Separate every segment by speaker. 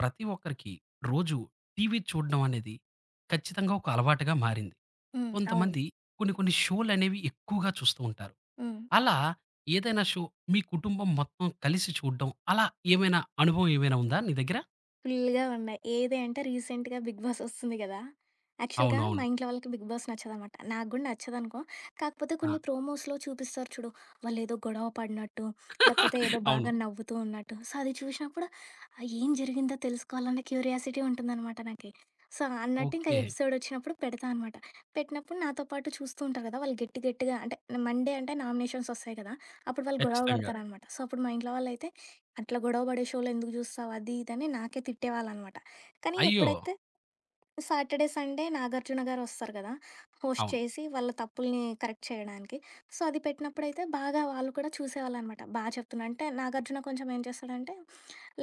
Speaker 1: ప్రతి ఒక్కరికి రోజు టీవీ చూడడం అనేది ఖచ్చితంగా ఒక అలవాటుగా మారింది.
Speaker 2: హ్మ్. అవును.
Speaker 1: కొంతమంది కొన్ని కొన్ని షోలనేవి ఎక్కువగా చూస్తూ ఉంటారు.
Speaker 2: హ్మ్.
Speaker 1: అలా ఏదైనా షో మీ కుటుంబం మొత్తం కలిసి చూడడం అలా ఏమైనా అనుభవం ఏమైనా ఉందా నీ దగ్గర?
Speaker 2: ఫుల్‌గా ఉన్నాయి. ఏది అంటే రీసెంట్‌గా 'బిగ్ బాస్' వస్తుంది గదా!
Speaker 1: అవును.
Speaker 2: యాక్చువల్‌గా మా
Speaker 1: అవును.
Speaker 2: ఇంట్లో వాళ్ళకి 'బిగ్ బాస్' నచ్చదనమాట. నాకు గూడా నచ్చదనుకో. కాకపోతే
Speaker 1: ఆ!
Speaker 2: కొన్ని ప్రోమోస్‌లో చూపిస్తారు చూడు. వాళ్ళేదో గొడవ పడినట్టు, లేకపోతే ఏదో
Speaker 1: అవును.
Speaker 2: బాగా నవ్వుతూ ఉన్నట్టు. సో, అది చూసినప్పుడు ఏం జరిగిందో తెలుసుకోవాలన్న క్యూరియాసిటీ ఉంటుందనమాట నాకి. సో, అన్నట్టు ఇంకా
Speaker 1: ఓకే.
Speaker 2: ఎపిసోడ్ వచ్చినప్పుడు పెడతా అనమాట. పెట్టినప్పుడు నాతో పాటు చూస్తూ ఉంటారు గదా! వాళ్ళు గట్టి గట్టిగా అంటే మండే అంటే నామినేషన్స్ వస్తాయి గదా! అప్పుడు వాళ్ళు గొడవ
Speaker 1: ఖచ్చితంగా.
Speaker 2: పడతారనమాట. సో, అప్పుడు మా ఇంట్లో వాళ్ళైతే అట్లా గొడవ పడే షోలు ఎందుకు చూస్తావు అది ఇది అని నాకే తిట్టేవాళ్ళనమాట. కానీ
Speaker 1: అయ్యో!
Speaker 2: ఎప్పుడైతే సాటర్డే, సండే నాగార్జున గారు వస్తారు కదా! హోస్ట్
Speaker 1: అవును.
Speaker 2: చేసి వాళ్ళ తప్పుల్ని కరెక్ట్ చేయడానికి. సో, అది పెట్టినప్పుడైతే బాగా వాళ్ళు కూడా చూసేవాళ్ళనమాట. బా చెప్తున్నా అంటే నాగార్జున కొంచెం ఏం చేస్తాడంటే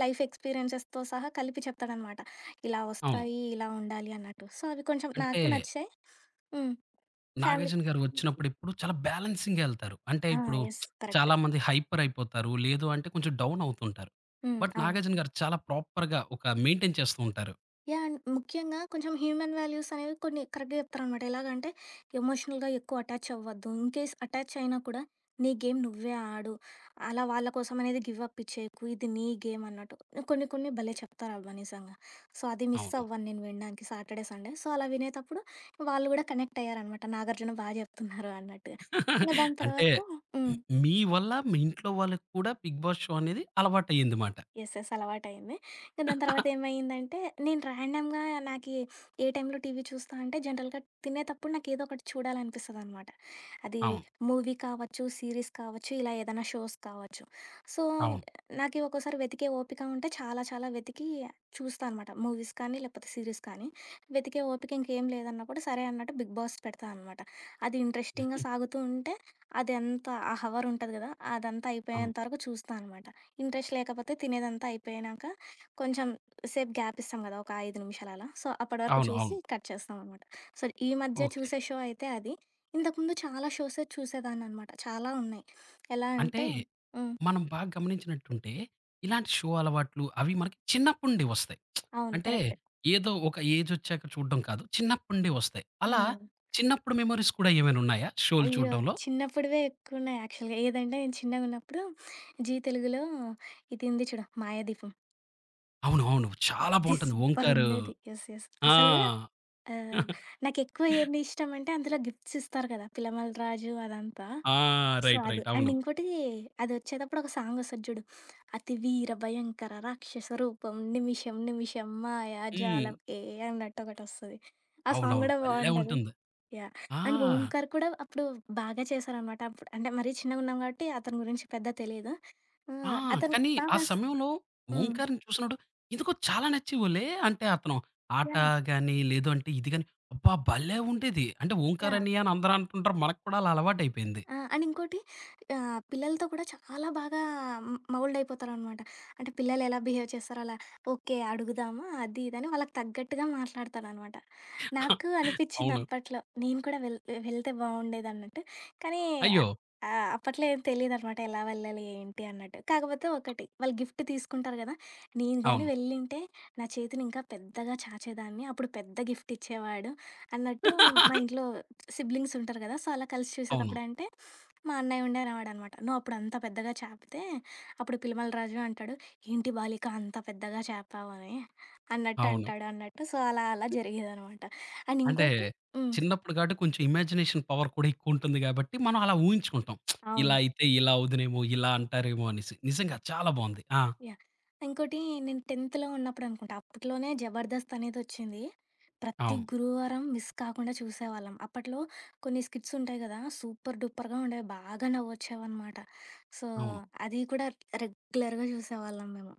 Speaker 2: లైఫ్ ఎక్స్‌పీరియన్సెస్‌తో సహా కలిపి చెప్తాడనమాట. ఇలా
Speaker 1: అవును.
Speaker 2: వస్తాయి, ఇలా ఉండాలి అన్నట్టు. సో, అవి కొంచెం
Speaker 1: అంటే
Speaker 2: నాకు నచ్చాయి. హ్మ్. ఫ్యామిలీ
Speaker 1: నాగార్జున గారు వచ్చినప్పుడెప్పుడు చాలా బ్యాలెన్సింగ్‌గా ఎళ్తారు. అంటే
Speaker 2: ఆ!
Speaker 1: ఇప్పుడు
Speaker 2: యెస్. కరెక్ట్.
Speaker 1: చాలామంది హైపర్ అయిపోతారు. లేదు అంటే కొంచెం డౌన్ అవుతుంటారు.
Speaker 2: హ్మ్.
Speaker 1: బట్
Speaker 2: అవును.
Speaker 1: నాగార్జున గారు చాలా ప్రాపర్‌గా ఒక మెయింటైన్ చేస్తూ ఉంటారు.
Speaker 2: యాహ్! ముఖ్యంగా కొంచెం హ్యూమన్ వాల్యూస్ అనేవి కొన్ని కరెక్ట్‌గా చెప్తారనమాట. ఎలాగంటే ఎమోషనల్‌గా ఎక్కువ అటాచ్ అవ్వద్దు. ఇన్‌కేస్ అటాచ్ అయినా కూడా నీ గేమ్ నువ్వే ఆడు. అలా వాళ్ళ కోసం అనేది గివ్ అప్ ఇచ్చేయకు. ఇది నీ గేమ్ అన్నట్టు. కొన్ని కొన్ని భలే చెప్తారబ్బా నిజంగా. సో, అది మిస్
Speaker 1: అవును.
Speaker 2: అవ్వను నేను వినడానికి సాటర్‌డే, సండే. సో, అలా వినేతప్పుడు వాళ్ళు కూడా కనెక్ట్ అయ్యారనమాట. నాగార్జున బా చెప్తున్నారు అన్నట్టుగా. ఇంక దాని
Speaker 1: అంటే
Speaker 2: తర్వాత హ్మ్.
Speaker 1: మీ వల్ల మీ ఇంట్లో వాళ్ళకి కూడా 'బిగ్ బాస్' షో అనేది అలవాటయ్యింది మాట.
Speaker 2: యెస్. యెస్. అలవాటయింది. ఇంక దాని తర్వాత ఏమైందంటే, నేను ర్యాండమ్‌గా నాకి ఏ టైంలో టీవీ చూస్తా అంటే జనరల్‌గా తినేతప్పుడు నాకేదో ఒకటి చూడాలనిపిస్తదనమాట. అది
Speaker 1: అవును.
Speaker 2: మూవీ కావచ్చు, సీరీస్ కావచ్చు, ఇలా ఏదైనా షోస్ కావచ్చు. సో,
Speaker 1: అవును.
Speaker 2: నాకి ఒక్కోసారి వెతికే ఓపిక ఉంటే చాలా చాలా వెతికి చూస్తా అనమాట. మూవీస్ కానీ, లేకపోతే సీరీస్ కానీ. వెతికే ఓపిక ఇంకేం లేదన్నప్పుడు సరే అన్నట్టు 'బిగ్ బాస్' పెడతా అనమాట. అది ఇంట్రెస్టింగ్‌గా సాగుతూ ఉంటే అదంతా ఆ హవర్ ఉంటది కదా! అదంతా
Speaker 1: అవును.
Speaker 2: అయిపోయేంత వరకు చూస్తా అనమాట. ఇంట్రెస్ట్ లేకపోతే తినేదంతా అయిపోయినాక కొంచెం సేపు గ్యాప్ ఇస్తాం కదా! ఒక 5 నిమిషాలు అలా. సో, అప్పటి వరకు
Speaker 1: అవును. అవును.
Speaker 2: చూసి కట్ చేస్తామనమాట. సో, ఈ మధ్య
Speaker 1: ఓకే.
Speaker 2: చూసే షో అయితే అది. ఇంతకుముందు చాలా షోసే చూసేదాన్ననమాట. చాలా ఉన్నాయి. ఎలా
Speaker 1: అంటే
Speaker 2: అంటే హ్మ్.
Speaker 1: మనం బాగా గమనించినట్టుంటే, ఇలాంటి షో అలవాట్లు అవి మనకి చిన్నప్పటి నుండి వస్తాయి.
Speaker 2: అవును.
Speaker 1: అంటే
Speaker 2: కరెక్ట్.
Speaker 1: ఏదో ఒక ఏజొచ్చాక చూడడం కాదు. చిన్నప్పటి నుండి వస్తాయి. అలా
Speaker 2: హ్మ్.
Speaker 1: చిన్నప్పుడు మెమోరీస్ కూడా ఏమైనా ఉన్నాయా షోలు
Speaker 2: అయ్యో!
Speaker 1: చూడడంలో?
Speaker 2: చిన్నప్పుడివే ఎక్కువున్నాయి యాక్చువల్‌గా. ఏదంటే నేను చిన్నగున్నప్పుడు జీ తెలుగులో ఇది ఉంది చూడు 'మాయాదీపం'.
Speaker 1: అవును. అవును. చాలా
Speaker 2: ఇది
Speaker 1: బావుంటుంది. 'ఓంకారు'
Speaker 2: సూపరుండేది. యెస్. యెస్.
Speaker 1: ఆ!
Speaker 2: అసలు ఆహ్, నాకెక్కువ ఏంది ఇష్టమంటే అందులో గిఫ్ట్స్ ఇస్తారు కదా! 'పిల్లమర్రి రాజు' అదంతా.
Speaker 1: ఆ!
Speaker 2: So
Speaker 1: right.
Speaker 2: అది.
Speaker 1: రైట్.
Speaker 2: అండ్
Speaker 1: అవును.
Speaker 2: ఇంకోటి అదొచ్చేటప్పుడు ఒక సాంగొస్తది జూడు. 'అతి వీర భయంకర రాక్షస రూపం నిమిషం నిమిషం
Speaker 1: హ్మ్.
Speaker 2: మాయాజాలం ఏ' అన్నట్టొకటొస్తది. ఆ సాంగ్
Speaker 1: అవునవును.
Speaker 2: గూడా
Speaker 1: భలే
Speaker 2: బావుంటది.
Speaker 1: ఉంటుంది.
Speaker 2: యాహ్!
Speaker 1: ఆ!
Speaker 2: అండ్ ఓంకార్ కూడా అప్పుడు బాగా చేశారనమాట. అప్పుడు అంటే మరీ చిన్నగున్నాం గాబట్టి అతని గురించి పెద్ద తెలీదు. ఆ!
Speaker 1: ఆ!
Speaker 2: హ్మ్. అతను
Speaker 1: కానీ ఆ
Speaker 2: బాగా స్
Speaker 1: సమయంలో
Speaker 2: హ్మ్.
Speaker 1: 'ఓంకార్‌ని' చూసినప్పుడు ఎందుకో చాలా నచ్చేవోలే. అంటే అతను ఆట
Speaker 2: యాహ్!
Speaker 1: గాని, లేదు అంటే ఇది గాని అబ్బా! భలే ఉండేది. అంటే 'ఓంకార్
Speaker 2: యాహ్!
Speaker 1: అన్నయ్య' అని అందరూ అంటుంటారు. మనకు కూడా అలా అలవాటైపోయింది.
Speaker 2: ఆ! అండ్ ఇంకోటి పిల్లలతో కూడా చాలా బాగా మౌల్డ్ అయిపోతారనమాట. అంటే పిల్లలు ఎలా బిహేవ్ చేస్తారో అలా ఓకే. అడుగుదామా అది ఇదని వాళ్ళకి తగ్గట్టుగా మాట్లాడతాననమాట. నాకు అనిపిచ్చింది
Speaker 1: అవును.
Speaker 2: అప్పట్లో నేను కూడా వెళ్తే బావుండేదన్నట్టు. కానీ
Speaker 1: అయ్యో!
Speaker 2: హ్మ్. అప్పట్లో ఏం తెలీదనమాట ఎలా వెళ్ళాలి ఏంటి అన్నట్టు. కాకపోతే ఒకటి వాళ్ళు గిఫ్ట్ తీసుకుంటారు గదా! నేను గాని
Speaker 1: అవును.
Speaker 2: వెళ్ళింటే నా చేతిని ఇంకా పెద్దగా చాచేదాన్ని. అప్పుడు పెద్ద గిఫ్ట్ ఇచ్చేవాడు అన్నట్టు మా ఇంట్లో సిబ్లింగ్స్ ఉంటారు కదా! సో, అలా కలిసి
Speaker 1: అవును.
Speaker 2: చూసేతప్పుడంటే, మా అన్నయ్య ఉండేవాడనమాట. "నువ్వు అప్పుడు అంత పెద్దగా చాపితే" అప్పుడు పిలిమల రాజు అంటాడు, "ఏంటి బాలిక అంత పెద్దగా చాపావు" అని అన్నట్టు
Speaker 1: అవును.
Speaker 2: అంటాడు అన్నట్టు. సో, అలా అలా జరిగేదనమాట. అండ్
Speaker 1: అంటే
Speaker 2: ఇంకోటి హ్మ్.
Speaker 1: చిన్నప్పుడు కాబట్టి కొంచెం ఇమాజినేషన్ పవర్ కూడా ఎక్కువుంటుంది గాబట్టి, మనం అలా ఊహించుకుంటాం. ఇలా
Speaker 2: అవును.
Speaker 1: అయితే ఇలా అవుదునేమో, ఇలా అంటారేమో అనేసి. నిజంగా చాలా బావుంది. ఆ!
Speaker 2: యాహ్! ఇంకోటి నేను 10థ్‌లో ఉన్నప్పుడు అనుకుంటా. అప్పట్లోనే 'జబర్దస్త్' అనేదొచ్చింది. ప్రతి
Speaker 1: అవును.
Speaker 2: గురువారం మిస్ కాకుండా చూసేవాళ్ళం. అప్పట్లో కొన్ని స్కిట్స్ ఉంటాయి గదా! సూపర్ డూపర్‌గా ఉండేవి. బాగా నవ్వొచ్చేవనమాట. సో,
Speaker 1: అవును.
Speaker 2: అది కూడా రెగ్యులర్‌గా చూసేవాళ్ళం మేము.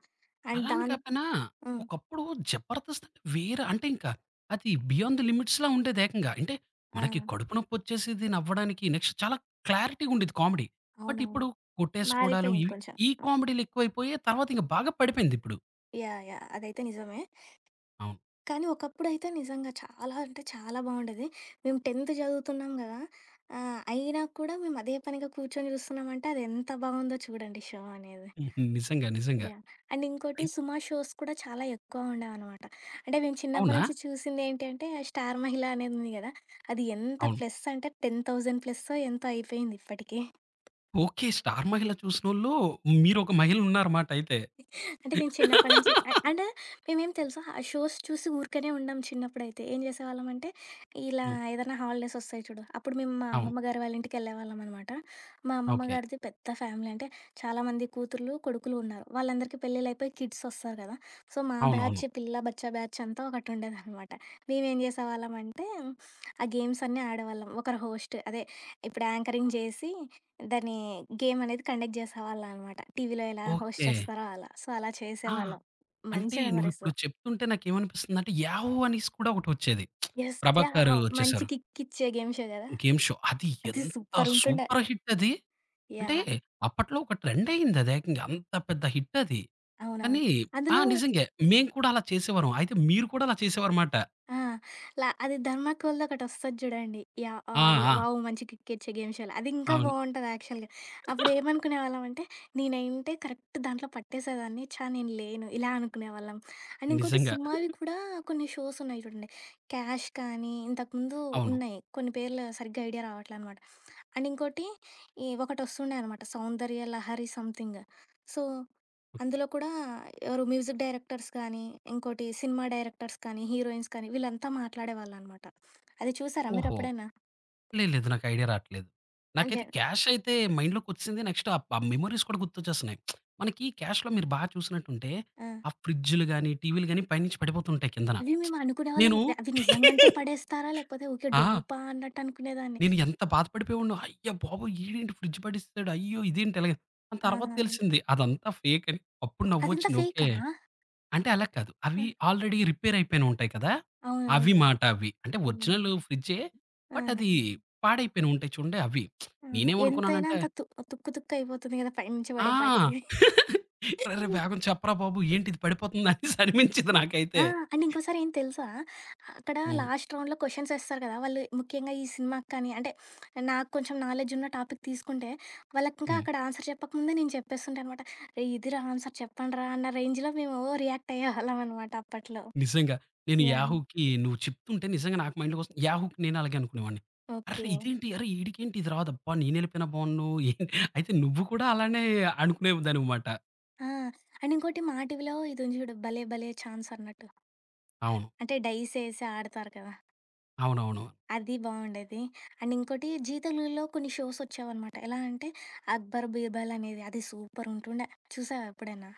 Speaker 2: అండ్
Speaker 1: అలా అని
Speaker 2: దాన్
Speaker 1: కాపోయినా,
Speaker 2: హ్మ్.
Speaker 1: ఒకప్పుడు 'జబర్దస్త్' అంటే వేరే అంటే ఇంకా అది బియాండ్ ది లిమిట్స్‌లా ఉండేది ఏకంగా. అంటే
Speaker 2: ఆ!
Speaker 1: మనకి కడుపు నొప్పొచ్చేసేది నవ్వడానికి. నెక్స్ట్ చాలా క్లారిటీగా ఉండేది కామెడీ. బట్
Speaker 2: అవునవును.
Speaker 1: ఇప్పుడు కొట్టేసుకోవడాలు
Speaker 2: మారిపోయింది
Speaker 1: ఇవి
Speaker 2: కొంచెం.
Speaker 1: ఈ కామెడీలు ఎక్కువైపోయి తర్వాత ఇంక బాగా పడిపోయింది ఇప్పుడు.
Speaker 2: యాహ్! యాహ్! అదైతే నిజమే.
Speaker 1: అవును.
Speaker 2: కానీ ఒకప్పుడైతే నిజంగా చాలా అంటే చాలా బాగుండేది. మేము 10థ్ చదువుతున్నాం గదా! అయినా కూడా మేము అదే పనిగా కూర్చొని చూస్తున్నామంటే అది ఎంత బాగుందో చూడండి షో అనేది.
Speaker 1: హుహు. నిజంగా. నిజంగా.
Speaker 2: యాహ్! అండ్ ఇంకోటి
Speaker 1: అయి
Speaker 2: 'సుమ' షోస్ కూడా చాలా ఎక్కువ ఉండేవనమాట. అంటే మేము చిన్నప్పటి
Speaker 1: అవునా?
Speaker 2: నుంచి చూసిందేంటి అంటే 'స్టార్ మహిళ' అనేది ఉంది గదా! అది ఎంత
Speaker 1: అవును.
Speaker 2: ప్లస్ అంటే 10,000 ప్లస్సో ఎంతో అయిపోయింది ఇప్పటికి.
Speaker 1: ఓకే. 'స్టార్ మహిళ' చూసినోళ్ళు మీరొక మహిళ ఉన్నారన్నమాట అయితే.
Speaker 2: అంటే నేను చిన్నప్పటి నుంచి అండ్ మేమేం తెలుసా ఆ షోస్ చూసి ఊరికనే ఉండం చిన్నప్పుడైతే ఏం చేసేవాళ్ళం అంటే ఇలా
Speaker 1: హ్మ్.
Speaker 2: ఏదైనా హాలిడేస్ వస్తాయి చూడు అప్పుడు మేము మా
Speaker 1: అవును.
Speaker 2: అమ్మమ్మ గారి వాళ్ళ ఇంటికి వెళ్ళేవాళ్ళం అనమాట మా అమ్మమ్మ
Speaker 1: ఓకే.
Speaker 2: గారిది పెద్ద ఫ్యామిలీ అంటే చాలామంది కూతుర్లు కొడుకులు ఉన్నారు వాళ్ళందరికీ పెళ్ళిళ్ళు అయిపోయి కిడ్స్ వస్తారు కదా సో మా
Speaker 1: అవునవును.
Speaker 2: బ్యాచ్ పిల్ల బచ్చా బ్యాచ్ అంతా ఒకటి ఉండేది అనమాట మేమేం చేసేవాళ్ళం అంటే ఆ గేమ్స్ అన్నీ ఆడేవాళ్ళం ఒకరు హోస్ట్ అదే ఇప్పుడు యాంకరింగ్ చేసి దాన్ని గేమ్ అనేది కండక్ట్ చేసేవాళ్ళనమాట. టీవీలో ఎలా హోస్ట్
Speaker 1: ఓకే.
Speaker 2: చేస్తారో అలా. సో, అలా
Speaker 1: ఆ!
Speaker 2: చేసేవాళ్ళం.
Speaker 1: అంటే
Speaker 2: మంచి మెమోరీస్.
Speaker 1: నువ్విప్పుడు చెప్తుంటే నాకేమనిపిస్తుందంటే 'యాహూ!' అనేసి కూడా ఒకటొచ్చేది.
Speaker 2: యెస్. యాహ్!
Speaker 1: ప్రభాకర్
Speaker 2: మంచి
Speaker 1: చేశారు.
Speaker 2: కిక్ ఇచ్చే గేమ్ షో గదా!
Speaker 1: Game show. అది
Speaker 2: అది
Speaker 1: ఎంత
Speaker 2: సూపరుంటుండే.
Speaker 1: సూపర్ హిట్ అది. అంటే
Speaker 2: యాహ్!
Speaker 1: అప్పట్లో ఒక ట్రెండ్ అయిందది ఏకంగా. అంత పెద్ద హిట్ అది.
Speaker 2: అవునవును.
Speaker 1: కానీ ఆ!
Speaker 2: అందులో
Speaker 1: నిజంగే. మేము కూడా అలా చేసేవారం. అయితే మీరు కూడా అలా చేసేవారమాట.
Speaker 2: ఆ! లా అది 'ధర్మాకోల్‌ది' ఒకటొస్తది జూడండి. యాహ్!
Speaker 1: ఆ!
Speaker 2: అది
Speaker 1: ఆ!
Speaker 2: వావ్! మంచి కిక్కిచ్చే గేమ్ షోలో. అది ఇంకా
Speaker 1: అవును.
Speaker 2: బావుంటది యాక్చువల్‌గా. అప్పుడేమనుకునేవాళ్ళమంటే, నేనంటే కరెక్ట్ దాంట్లో పట్టేసేదాన్ని. ఛా! నేను లేను ఇలా అనుకునేవాళ్ళం. అండ్ ఇంకోటి
Speaker 1: నిజంగా.
Speaker 2: సినిమావి కూడా కొన్ని షోసున్నాయి చూడండి. 'క్యాష్' కానీ ఇంతకుముందు
Speaker 1: అవును.
Speaker 2: ఉన్నాయి. కొన్ని పేర్లు సరిగ్గా ఐడియా రావట్లే అనమాట. అండ్ ఇంకోటి ఈ ఒకటొస్తుండే అనమాట సౌందర్య లహరి సంథింగ్. సో, అందులో కూడా ఎవరు మ్యూజిక్ డైరెక్టర్స్ కానీ, ఇంకోటి సినిమా డైరెక్టర్స్ కానీ, హీరోయిన్స్ కానీ వీళ్ళంతా మాట్లాడేవాళ్ళనమాట. అది చూసారా
Speaker 1: ఓహో!
Speaker 2: మీరెప్పుడైనా?
Speaker 1: లేదు. లేదు. నాకు ఐడియా రాట్లేదు.
Speaker 2: ఆహ్, జ
Speaker 1: నాకైతే క్యాష్ అయితే మైండ్‌లోకొచ్చేసింది. నెక్స్ట్ ఆ ఆ మెమోరీస్ కూడా గుర్తొచ్చేస్తున్నాయి. మనకి క్యాష్‌లో మీరు బాగా చూసినట్టుంటే,
Speaker 2: ఆ!
Speaker 1: ఆ ఫ్రిడ్జ్‌లు గాని, టీవీలు గాని పైనుంచి పడిపోతుంటాయి కిందన.
Speaker 2: అవి మేము అనుకునేవాళ్ళం
Speaker 1: నేను
Speaker 2: అవి నిజంగంటే పడేస్తారా? లేకపోతే ఊకే
Speaker 1: ఆ!
Speaker 2: డూపా అన్నట్టు అనుకునేదాన్ని.
Speaker 1: నేను ఎంత బాధపడిపోయేవాడినో. అయ్య బాబోయ్! ఈడేంటి ఫ్రిడ్జ్ పడేసాడు. అయ్యో! ఇదేంటి ఇలాగ. దాని
Speaker 2: ఆ!
Speaker 1: తర్వాత తెలిసింది అదంతా ఫేక్ అని. అప్పుడు
Speaker 2: అదంతా
Speaker 1: నవ్వొచ్చింది. ఓకే.
Speaker 2: ఫేకా?
Speaker 1: అంటే అలా కాదు.
Speaker 2: ఆ!
Speaker 1: అవి ఆల్రెడీ రిపేర్ అయిపోయినుంటాయి కదా! అవి
Speaker 2: అవునవునులే.
Speaker 1: మాట అవి. అంటే
Speaker 2: ఆహా!
Speaker 1: ఒరిజినల్ ఫ్రిడ్జే. బట్
Speaker 2: ఆహా!
Speaker 1: అది పాడైపోయినుంటాయి చూడండి అవి.
Speaker 2: ఆహా! ఎంతైనా
Speaker 1: నేనేమనుకున్నానంటే
Speaker 2: అంత తుక్కు తుక్కు అయిపోతుంది కదా! పైనుంచి
Speaker 1: ఆ!
Speaker 2: పడేపాటికి.
Speaker 1: "అరెరే! వేగం చెప్పరా బాబు ఏంటిది పడిపోతుంది" అనేసి అనిపించింది నాకైతే.
Speaker 2: ఆ! అండ్ ఇంకోసారి ఏంటి తెలుసా? అక్కడ
Speaker 1: హ్మ్.
Speaker 2: లాస్ట్ రౌండ్‌లో క్వెషన్స్ ఏస్తారు కదా! వాళ్ళు ముఖ్యంగా ఈ సినిమాకి కానీ అంటే నాకు కొంచెం నాలెడ్జ్ ఉన్న టాపిక్ తీసుకుంటే, వాళ్ళకింకా
Speaker 1: హ్మ్.
Speaker 2: అక్కడ ఆన్సర్ చెప్పకముందే నేను చెప్పేస్తుంటా అనమాట. "రేయ్! ఇదిరా ఆన్సర్ చెప్పండ్రా" అన్న రేంజ్‌లో మేము రియాక్ట్ అయ్యేవాళ్ళం అనమాట అప్పట్లో.
Speaker 1: నిజంగా. నేను
Speaker 2: యాహ్!
Speaker 1: యాహూకి నువ్వు చెప్తుంటే నిజంగా నాకు మైండ్‌లోకొస్తుంది. యాహూకి నేను అలాగే అనుకునేవాడిని. అరెరే!
Speaker 2: ఓకే.
Speaker 1: ఇదేంటి? అరె! ఈడికేంటి ఇది రాదు? అబ్బా! నేనెళ్ళిపోయినా బావున్ను. ఏంటి అయితే నువ్వు కూడా అలానే అనుకునేదానివిమాట.
Speaker 2: ఆ! అండ్ ఇంకోటి మా టీవీలో ఇది ఉంది చూడు 'భలే భలే ఛాన్స్' అన్నట్టు.
Speaker 1: అవును.
Speaker 2: అంటే డైస్ ఏసి ఆడతారు కదా!
Speaker 1: అవునవును.
Speaker 2: అది బావుండేది. అండ్ ఇంకోటి 'జీ తెలుగులో' కొన్ని షోసొచ్చేవనమాట. ఎలా అంటే 'అక్బర్ బీర్బల్' అనేది అది సూపరుంటుండే. చూసావా ఎప్పుడైనా?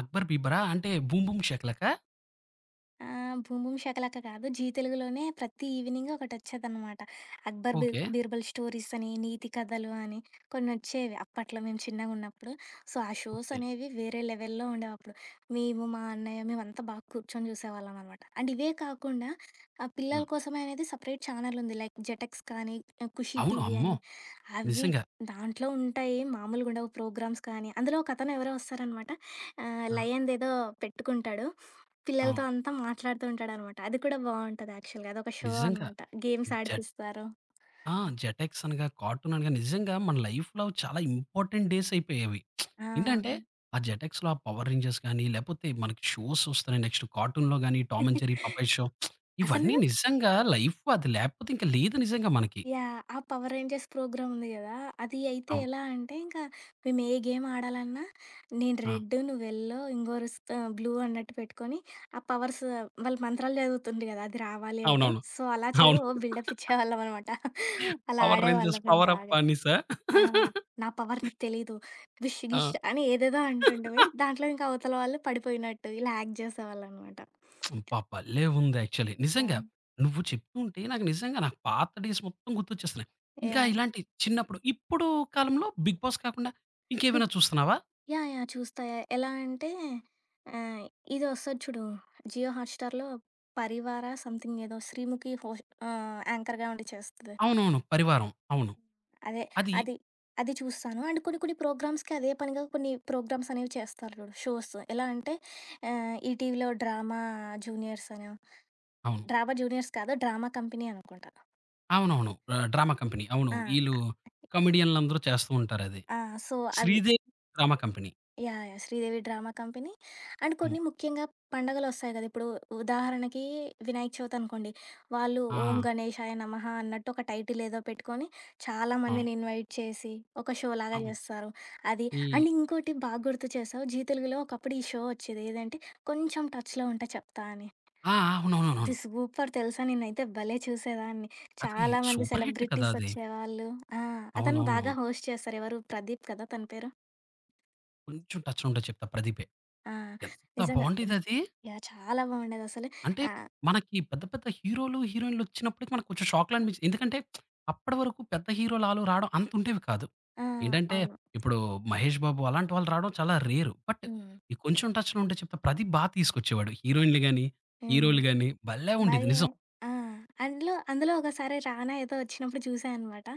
Speaker 1: 'అక్బర్ బీబరా' అంటే 'బూమ్ బూమ్ షకలకా'?
Speaker 2: ఆ! 'భూమ్ భూమ్ షకలక' కాదు. జీ తెలుగులోనే ప్రతి ఈవినింగ్ ఒకటొచ్చేదనమాట. 'అక్బర్ బి
Speaker 1: ఓకే.
Speaker 2: బీర్బల్' స్టోరీస్ అని, నీతి కథలు అని కొన్నొచ్చేవి అప్పట్లో మేము చిన్నగున్నప్పుడు. సో, ఆ షోస్
Speaker 1: ఓకే.
Speaker 2: అనేవి వేరే లెవెల్‌లో ఉండేవప్పుడు. మేము, మా అన్నయ్య మేమంతా బాగా కూర్చొని చూసేవాళ్ళమనమాట. అండ్ ఇవే కాకుండా
Speaker 1: ఆ!
Speaker 2: పిల్లల కోసమే అనేది సెపరేట్ ఛానెలుంది. లైక్ 'జెటెక్స్' కానీ, 'ఖుషి
Speaker 1: అవును.
Speaker 2: టీవీ'
Speaker 1: అమ్మో!
Speaker 2: అని అవి
Speaker 1: నిజంగా.
Speaker 2: దాంట్లో ఉంటాయి మామూలుగుండవు ప్రోగ్రామ్స్ కానీ. అందులో ఒకతను ఎవరో వస్తారనమాట.
Speaker 1: ఆ!
Speaker 2: లయన్‌దేదో పెట్టుకుంటాడు. పిల్లలతో
Speaker 1: అవును.
Speaker 2: అంతా మాట్లాడుతూ ఉంటాడనమాట. అది కూడా బావుంటది యాక్చువల్‌గా. అదొక షో
Speaker 1: నిజంగా.
Speaker 2: అనమాట. గేమ్స్
Speaker 1: జెట్
Speaker 2: ఆడిపిస్తారు.
Speaker 1: ఆ! జెటెక్స్ అనగా, కార్టూన్ అనగా నిజంగా మన లైఫ్‌లో చాలా ఇంపార్టెంట్ డేస్ అయిపోయేవి.
Speaker 2: ఆ!
Speaker 1: ఏంటంటే ఆ జెటెక్స్‌లో ఆ 'పవర్ రేంజర్స్' గాని, లేపోతే మనకి షోస్ వస్తున్నాయి. నెక్స్ట్ కార్టూన్‌లో గాని 'Tom and Jerry', 'Popeye show'
Speaker 2: అసలు
Speaker 1: ఇవన్నీ నిజంగా లైఫ్ అది లేకపోతే ఇంక లేదు నిజంగా మనకి.
Speaker 2: యాహ్! ఆ పవర్ రేంజర్స్ ప్రోగ్రామ్ ఉంది గదా! అది అయితే
Speaker 1: అవును.
Speaker 2: ఎలా అంటే ఇంకా మేము ఏ గేమ్ ఆడాలన్నా నేను
Speaker 1: ఆ!
Speaker 2: రెడ్, నువ్వు యెల్లో, ఇంకోరు బ్లూ అన్నట్టు పెట్టుకొని ఆ పవర్స్ వాళ్ళు మంత్రాలు చదువుతుండ్రు గదా! అది రావాలి అంటే.
Speaker 1: అవునవును.
Speaker 2: సో, అలా చదివి
Speaker 1: అవును.
Speaker 2: ఓ బిల్డప్ ఇచ్చేవాళ్ళం అనమాట. అలా
Speaker 1: 'పవర్ రేంజర్స్'
Speaker 2: ఆడేవాళ్ళం మేము
Speaker 1: పవర్ అప్
Speaker 2: బాగా.
Speaker 1: అనేసా?
Speaker 2: ఆ! నా పవర్ నీకు తెలీదు. గుష్ గిష్ అని ఏదేదో అంటుంటివి.
Speaker 1: ఆ!
Speaker 2: దాంట్లో ఇంకా అవతల వాళ్ళు పడిపోయినట్టు ఇలా యాక్ట్ చేసేవాళ్ళనమాట.
Speaker 1: అబ్బా! భలే ఉంది యాక్చువల్లీ. నిజంగా.
Speaker 2: యాహ్!
Speaker 1: నువ్వు చెప్తుంటే నాకు నిజంగా పాత డేస్ మొత్తం గుర్తొచ్చేస్తున్నాయి. ఇంకా
Speaker 2: యాహ్!
Speaker 1: ఇలాంటి చిన్నప్పుడు ఇప్పుడు కాలంలో 'బిగ్ బాస్' కాకుండా ఇంకేమైనా
Speaker 2: బిగ్
Speaker 1: చూస్తున్నావా?
Speaker 2: యాహ్! యాహ్! చూస్తా. ఎలా అంటే ఆహ్, ఇది వస్తది చూడు. జియో హాట్‌స్టార్‌లో 'పరివార' సంథింగ్ ఏదో శ్రీముఖి హోస్ట్ యాంకర్‌గా ఉండి చేస్తది.
Speaker 1: అవునవును. 'పరివారం' అవును.
Speaker 2: అదే.
Speaker 1: అది
Speaker 2: అది. అది చూస్తాను. అండ్ కొన్ని కొన్ని ప్రోగ్రామ్స్‌కి అదే పనిగా కొన్ని ప్రోగ్రామ్స్ అనేవి చేస్తారు చూడు షోస్. ఎలా అంటే ఈటీవీలో డ్రామా జూనియర్స్ అనో,
Speaker 1: అవును.
Speaker 2: డ్రామా జూనియర్స్ కాదు డ్రామా కంపెనీ అనుకుంటా.
Speaker 1: అవునవును. ఆహ్, డ్రామా కంపెనీ అవును.
Speaker 2: ఆ!
Speaker 1: ఈళ్ళు కామెడియన్‌లందరూ చేస్తూ ఉంటారది.
Speaker 2: ఆ! సో, అవి.
Speaker 1: 'Sridevi drama company.'
Speaker 2: Yeah! Yeah! Sridevi drama company. And
Speaker 1: హ్మ్.
Speaker 2: కొన్ని ముఖ్యంగా పండగలొస్తాయి కదా! ఇప్పుడు ఉదాహరణకి వినాయక చవితి అనుకోండి. వాళ్ళు
Speaker 1: ఆ!
Speaker 2: ఓం గణేశాయ నమః అన్నట్టు ఒక టైటిల్ ఏదో పెట్టుకొని చాలా
Speaker 1: అవును.
Speaker 2: మందిని ఇన్వైట్ చేసి ఒక షో లాగా
Speaker 1: అవును.
Speaker 2: చేస్తారు. అది
Speaker 1: ఈ
Speaker 2: అండ్ ఇంకోటి బాగా గుర్తు చేశావు. జీ తెలుగులో ఒకప్పుడు ఈ షో వచ్చేది. ఏదంటే కొంచెం టచ్‌లో ఉంటా చెప్తా అని.
Speaker 1: ఆ! ఆ!
Speaker 2: ఇది
Speaker 1: అవునవునవును.
Speaker 2: సూపర్ తెలుసా! నేనైతే భలే చూసేదాన్ని.
Speaker 1: అది
Speaker 2: చాలా మంది
Speaker 1: సూపర్ హిట్ కదా!
Speaker 2: సెలబ్రిటీస్
Speaker 1: అది.
Speaker 2: వచ్చేవాళ్ళు. ఆ! అతను
Speaker 1: అవునవును.
Speaker 2: బాగా హోస్ట్ చేస్తారు. ఎవరు ప్రదీప్ కదా! తన పేరు.
Speaker 1: కొంచెం టచ్‌లో ఉంటే చెప్తా 'ప్రదీపే.'
Speaker 2: ఆ!
Speaker 1: ఎంత
Speaker 2: నిజంగా. హ్మ్.
Speaker 1: బావుండేదది.
Speaker 2: యాహ్! చాలా బాగుండేదసలు.
Speaker 1: అంటే
Speaker 2: ఆహ్,
Speaker 1: మనకి పెద్ద పెద్ద హీరోలు, హీరోయిన్‌లు వచ్చినప్పటికి మనకు కొంచెం షాక్‌లా అనిపించింది. ఎందుకంటే అప్పటి వరకు పెద్ద హీరోలు ఆలు రావడం అంత ఉండేవి కాదు.
Speaker 2: ఆ!
Speaker 1: ఏంటంటే
Speaker 2: అవును.
Speaker 1: ఇప్పుడు 'మహేష్ బాబు' అలాంటి వాళ్ళు రావడం చాలా రేరు. బట్
Speaker 2: హ్మ్.
Speaker 1: ఈ కొంచెం టచ్‌లో ఉంటే చెప్తే ప్రదీప్ బా తీసుకొచ్చేవాడు. హీరోయిన్‌లు గాని,
Speaker 2: హ్మ్.
Speaker 1: హీరోలు గాని భలే ఉండేది.
Speaker 2: మరి
Speaker 1: నిజం.
Speaker 2: ఆ! అందులో అందులో ఒకసారి 'రానా' ఏదో వచ్చినప్పుడు చూసా అనమాట.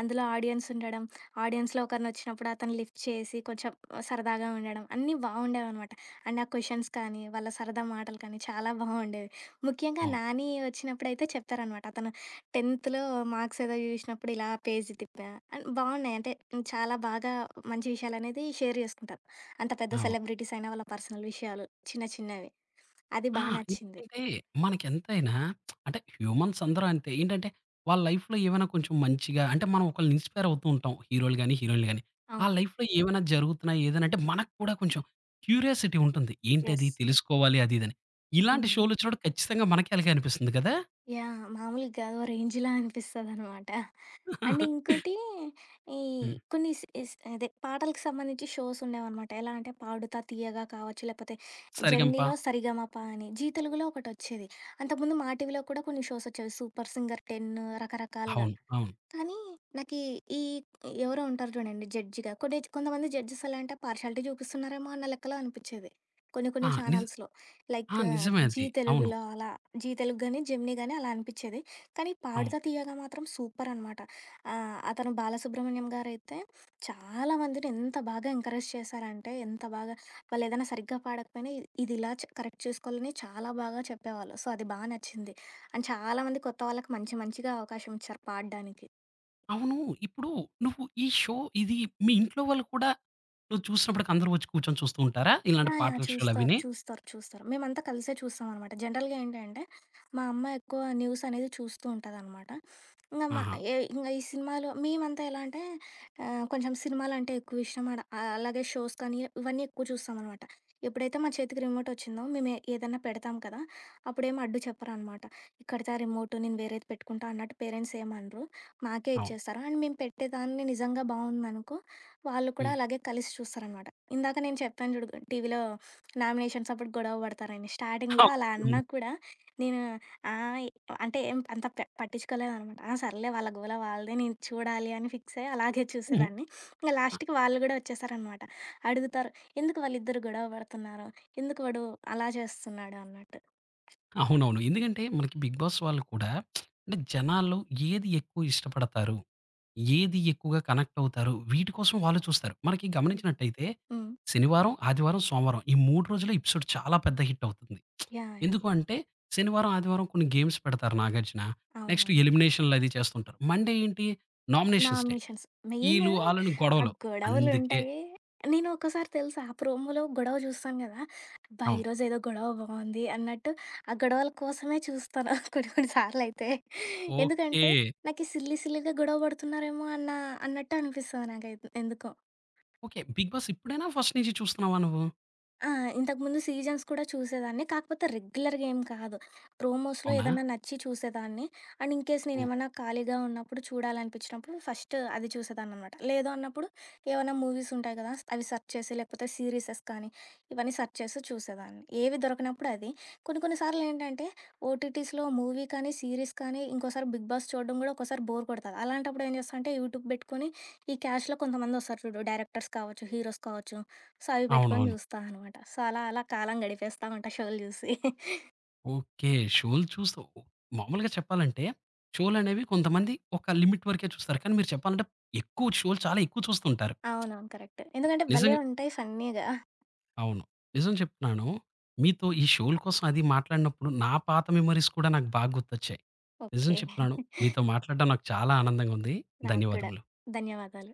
Speaker 2: అందులో ఆడియన్స్ ఉండడం, ఆడియన్స్‌లో ఒకరినొచ్చినప్పుడు అతను లిఫ్ట్ చేసి కొంచెం సరదాగా ఉండడం అన్నీ బాగుండేవనమాట. అండ్ ఆ క్వెషన్స్ కానీ, వాళ్ళ సరదా మాటలు కానీ చాలా బాగుండేవి. ముఖ్యంగా
Speaker 1: అవును.
Speaker 2: 'నాని' వచ్చినప్పుడైతే చెప్తారనమాట. అతను 10థ్‌లో మార్క్స్ ఏదో చూసినప్పుడు ఇలా పేజ్ తిప్పా అని బాగున్నాయి. అంటే చాలా బాగా మంచి విషయాలనేది షేర్ చేసుకుంటారు. అంత పెద్ద
Speaker 1: అవును.
Speaker 2: సెలబ్రిటీస్ అయినా వాళ్ళ పర్సనల్ విషయాలు చిన్న చిన్నవి. అది
Speaker 1: ఆ!
Speaker 2: బా నచ్చింది.
Speaker 1: ఎందుకంటే మనకెంతైనా అంటే హ్యూమన్స్ అందరూ అంతే. ఏంటంటే వాళ్ళ లైఫ్‌లో ఏమైనా కొంచెం మంచిగా అంటే మనం ఒకళ్ళని ఇన్‌స్పైర్ అవుతూ ఉంటాం. హీరోలు గాని, హీరోయిన్‌లు గాని. ఆ
Speaker 2: అవును.
Speaker 1: లైఫ్‌లో ఏమైనా జరుగుతున్నాయి ఏదైనా అంటే మనకు కూడా కొంచెం క్యూరియాసిటీ ఉంటుంది. ఏంటది
Speaker 2: యెస్.
Speaker 1: తెలుసుకోవాలి అది ఇదని. ఇలాంటి
Speaker 2: హ్మ్.
Speaker 1: షోలు వచ్చినప్పుడు ఖచ్చితంగా మనకే అలాగే అనిపిస్తుంది కదా!
Speaker 2: యాహ్! మామూలుగా కాదు. ఓ రేంజ్‌లా అనిపిస్తదనమాట. అండ్ ఇంకోటి ఈ
Speaker 1: హ్మ్.
Speaker 2: కొన్ని స్ స్ అదే పాటలకు సంబంధించి షోస్ ఉండేవనమాట. ఎలా అంటే 'పాడుతా తీయగా' కావచ్చు, లేకపోతే
Speaker 1: 'సరిగమప'
Speaker 2: జెమినీలో 'సరిగమప' అని, జీ తెలుగులో ఒకటొచ్చేది. అంతకుముందు మా టీవీలో కూడా కొన్ని షోస్ వచ్చేవి. 'సూపర్ సింగర్ 10' రకరకాలుగా.
Speaker 1: అవును. అవును.
Speaker 2: కానీ నాకీ ఈ ఈ ఎవరో ఉంటారు చూడండి జడ్జిగా. కొన్ని కొంతమంది జడ్జెస్ ఎలా అంటే పార్షియాలిటీ చూపిస్తున్నారేమో అన్న లెక్కలో అనిపిచ్చేది. కొన్ని కొన్ని
Speaker 1: ఆ! నిజ
Speaker 2: ఛానల్స్‌లో.
Speaker 1: ఆ!
Speaker 2: లైక్
Speaker 1: నిజమే
Speaker 2: 'జీ
Speaker 1: అది. అవును.
Speaker 2: తెలుగులో' అలా 'జీ తెలుగు' గాని, 'జెమినీ' గాని అలా అనిపిచ్చేది. కానీ
Speaker 1: అవును.
Speaker 2: 'పాడుతా తీయగా' మాత్రం సూపర్ అనమాట. అతను బాలసుబ్రహ్మణ్యం గారైతే చాలా మందిని ఎంత బాగా ఎంకరేజ్ చేశారంటే, ఎంత బాగా వాళ్ళేదైనా సరిగ్గా పాడకపోయినా ఇది ఇలా కరెక్ట్ చేసుకోవాలని చాలా బాగా చెప్పేవాళ్ళు. సో, అది బా నచ్చింది. అండ్ చాలా మంది కొత్త వాళ్ళకి మంచి మంచిగా అవకాశం ఇచ్చారు పాడడానికి.
Speaker 1: అవును. ఇప్పుడు నువ్వు ఈ షో ఇది మీ ఇంట్లో వాళ్ళు కూడా నువ్వు చూసినప్పటికి అందరూ వచ్చి కూర్చొని చూస్తూ ఉంటారా? ఇలాంటి
Speaker 2: ఆ! యాహ్!
Speaker 1: పాటల
Speaker 2: చూస్తారు.
Speaker 1: షోలవిని?
Speaker 2: చూస్తారు. చూస్తారు. మేమంతా కలిసే చూస్తామనమాట. జనరల్‌గా ఏంటంటే, మా అమ్మ ఎక్కువ న్యూస్ అనేది చూస్తూ ఉంటదనమాట. ఇంగ మా
Speaker 1: ఆహా!
Speaker 2: ఏ ఇంగ ఈ సినిమాలు మేమంతా ఎలా అంటే కొంచెం సినిమాలంటే ఎక్కువ ఇష్టం. అడ అలాగే షోస్ కానీ ఇవన్నీ ఎక్కువ చూస్తామనమాట. ఎప్పుడైతే మా చేతికి రిమోట్ వచ్చిందో మేము ఏదన్నా పెడతాం కదా! అప్పుడేమి అడ్డు చెప్పరనమాట. ఇక్కడిదా రిమోట్ నేను వేరేది పెట్టుకుంటా అన్నట్టు పేరెంట్స్ ఏమనరు. మాకే
Speaker 1: అవును.
Speaker 2: ఇచ్చేస్తారు. అండ్ మేము పెట్టేదాన్ని నిజంగా బావుందనుకో, వాళ్ళు కూడా
Speaker 1: హ్మ్.
Speaker 2: అలాగే కలిసి చూస్తారనమాట. ఇందాక నేను చెప్పాను చూడు టీవీలో నామినేషన్స్ అప్పుడు గొడవ పడతారని. స్టార్టింగ్‌లో అలా
Speaker 1: అవును.
Speaker 2: అన్నా కూడా నేను ఆహ్, అంటే ఏం అంత పట్టించుకోలేదనమాట. ఆ! సర్లే వాళ్ళ గోల వాళ్ళదే నేను చూడాలి అని ఫిక్స్ అయ్యి అలాగే
Speaker 1: హ్మ్.
Speaker 2: చూసేదాన్ని. ఇంక
Speaker 1: అ
Speaker 2: లాస్ట్‌కి వాళ్ళు గూడా వచ్చేసారనమాట. అడుగుతారు, "ఎందుకు వాళ్ళిద్దరు గొడవ పడుతున్నారు? ఎందుకు వాడు అలా చేస్తున్నాడు?" అన్నట్టు.
Speaker 1: అవునవును. ఎందుకంటే మనకి 'బిగ్ బాస్' వాళ్ళు కూడా అంటే జనాల్లో ఏది ఎక్కువ ఇష్టపడతారు? ఏది ఎక్కువగా కనెక్ట్ అవుతారు? వీటి కోసం వాళ్ళు చూస్తారు. మనకి గమనించినట్టయితే
Speaker 2: హ్మ్.
Speaker 1: శనివారం, ఆదివారం, సోమవారం ఈ 3 రోజులు ఎపిసోడ్ చాలా పెద్ద హిట్ అవుతుంది.
Speaker 2: యాహ్! యాహ్!
Speaker 1: ఎందుకు అంటే శనివారం, ఆదివారం కొన్ని గేమ్స్ పెడతారు 'నాగార్జున.' నెక్స్ట్
Speaker 2: అవునవును.
Speaker 1: ఎలిమినేషన్‌లు అది చేస్తుంటారు. మండే ఏంటి నామినేషన్స్ డే.
Speaker 2: నామినేషన్స్. మెయిను
Speaker 1: ఈళ్ళు, ఆళ్ళని
Speaker 2: ఆ
Speaker 1: గొడవలు. అందుకే
Speaker 2: గొడవలుంటాయి. నేను ఒక్కోసారి తెలుసా ఆ ప్రోమోలో గొడవ చూస్తాను గదా! అబ్బా!
Speaker 1: అవును.
Speaker 2: ఈరోజు ఏదో గొడవ బావుంది అన్నట్టు ఆ గొడవల కోసమే చూస్తాను కొన్ని కొన్ని సార్లయితే.
Speaker 1: ఓకే.
Speaker 2: ఎందుకంటే నాకు ఈ సిల్లీ సిల్లీగా గొడవ పడుతున్నారేమో అన్న అన్నట్టు అనిపిస్తది నాకైతే ఎందుకో.
Speaker 1: ఓకే. 'బిగ్ బాస్' ఇప్పుడేనా ఫస్ట్ నుంచి చూస్తున్నావా నువ్వు?
Speaker 2: ఆ! ఇంతకుముందు సీజన్స్ కూడా చూసేదాన్ని. కాకపోతే రెగ్యులర్‌గా ఏం కాదు. ప్రోమోస్‌లో
Speaker 1: అవునా?
Speaker 2: ఏదన్నా నచ్చి చూసేదాన్ని. అండ్ ఇన్‌కేస్
Speaker 1: హ్మ్.
Speaker 2: నేనేమన్నా ఖాళీగా ఉన్నప్పుడు చూడాలనిపించినప్పుడు ఫస్ట్ అది చూసేదాన్ననమాట. లేదు అన్నప్పుడు ఏవన్నా మూవీస్ ఉంటాయి కదా! అవి సెర్చ్ చేసి లేకపోతే సీరీసెస్ కానీ ఇవన్నీ సెర్చ్ చేసి చూసేదాన్ని. ఏవి దొరకనప్పుడు అది. కొన్ని కొన్ని సార్లు ఏంటంటే ఓటీటీస్‌లో మూవీ కానీ, సీరీస్ కానీ ఇంకోసారి 'బిగ్ బాస్' చూడడం కూడా ఒక్కోసారి బోర్ కొడతది. అలాంటప్పుడు ఏం చేస్తా అంటే యూట్యూబ్ పెట్టుకొని ఈ క్యాష్‌లో కొంతమందొస్తారు చూడు డైరెక్టర్స్ కావచ్చు, హీరోస్ కావచ్చు. సో, అవి పెట్టుకొని
Speaker 1: అవునవును.
Speaker 2: జూస్తా అనమాట. సో, అలా అలా కాలం గడిపేస్తా ఉంటా షోలు జూసి.
Speaker 1: ఓకే. షోలు చూస్తావు. మామూలుగా చెప్పాలంటే షోలనేవి కొంతమంది ఒక లిమిట్ వరకే చూస్తారు. కానీ మీరు చెప్పాలంటే ఎక్కువ షోలు చాలా ఎక్కువ చూస్తుంటారు.
Speaker 2: అవునవును. కరెక్ట్. ఎందుకంటే భలే
Speaker 1: నిజంగా
Speaker 2: ఉంటాయి ఫన్నీగా.
Speaker 1: అవును. నిజం చెప్తున్నాను. మీతో ఈ షోల కోసం అది మాట్లాడినప్పుడు నా పాత మెమోరీస్ కూడా నాకు బాగా గుర్తొచ్చాయి. నిజం
Speaker 2: ఓకే.
Speaker 1: చెప్తున్నాను. మీతో మాట్లాడడం నాకు చాలా ఆనందంగా ఉంది.
Speaker 2: నాకు కూడా.
Speaker 1: ధన్యవాదములు.
Speaker 2: ధన్యవాదాలు.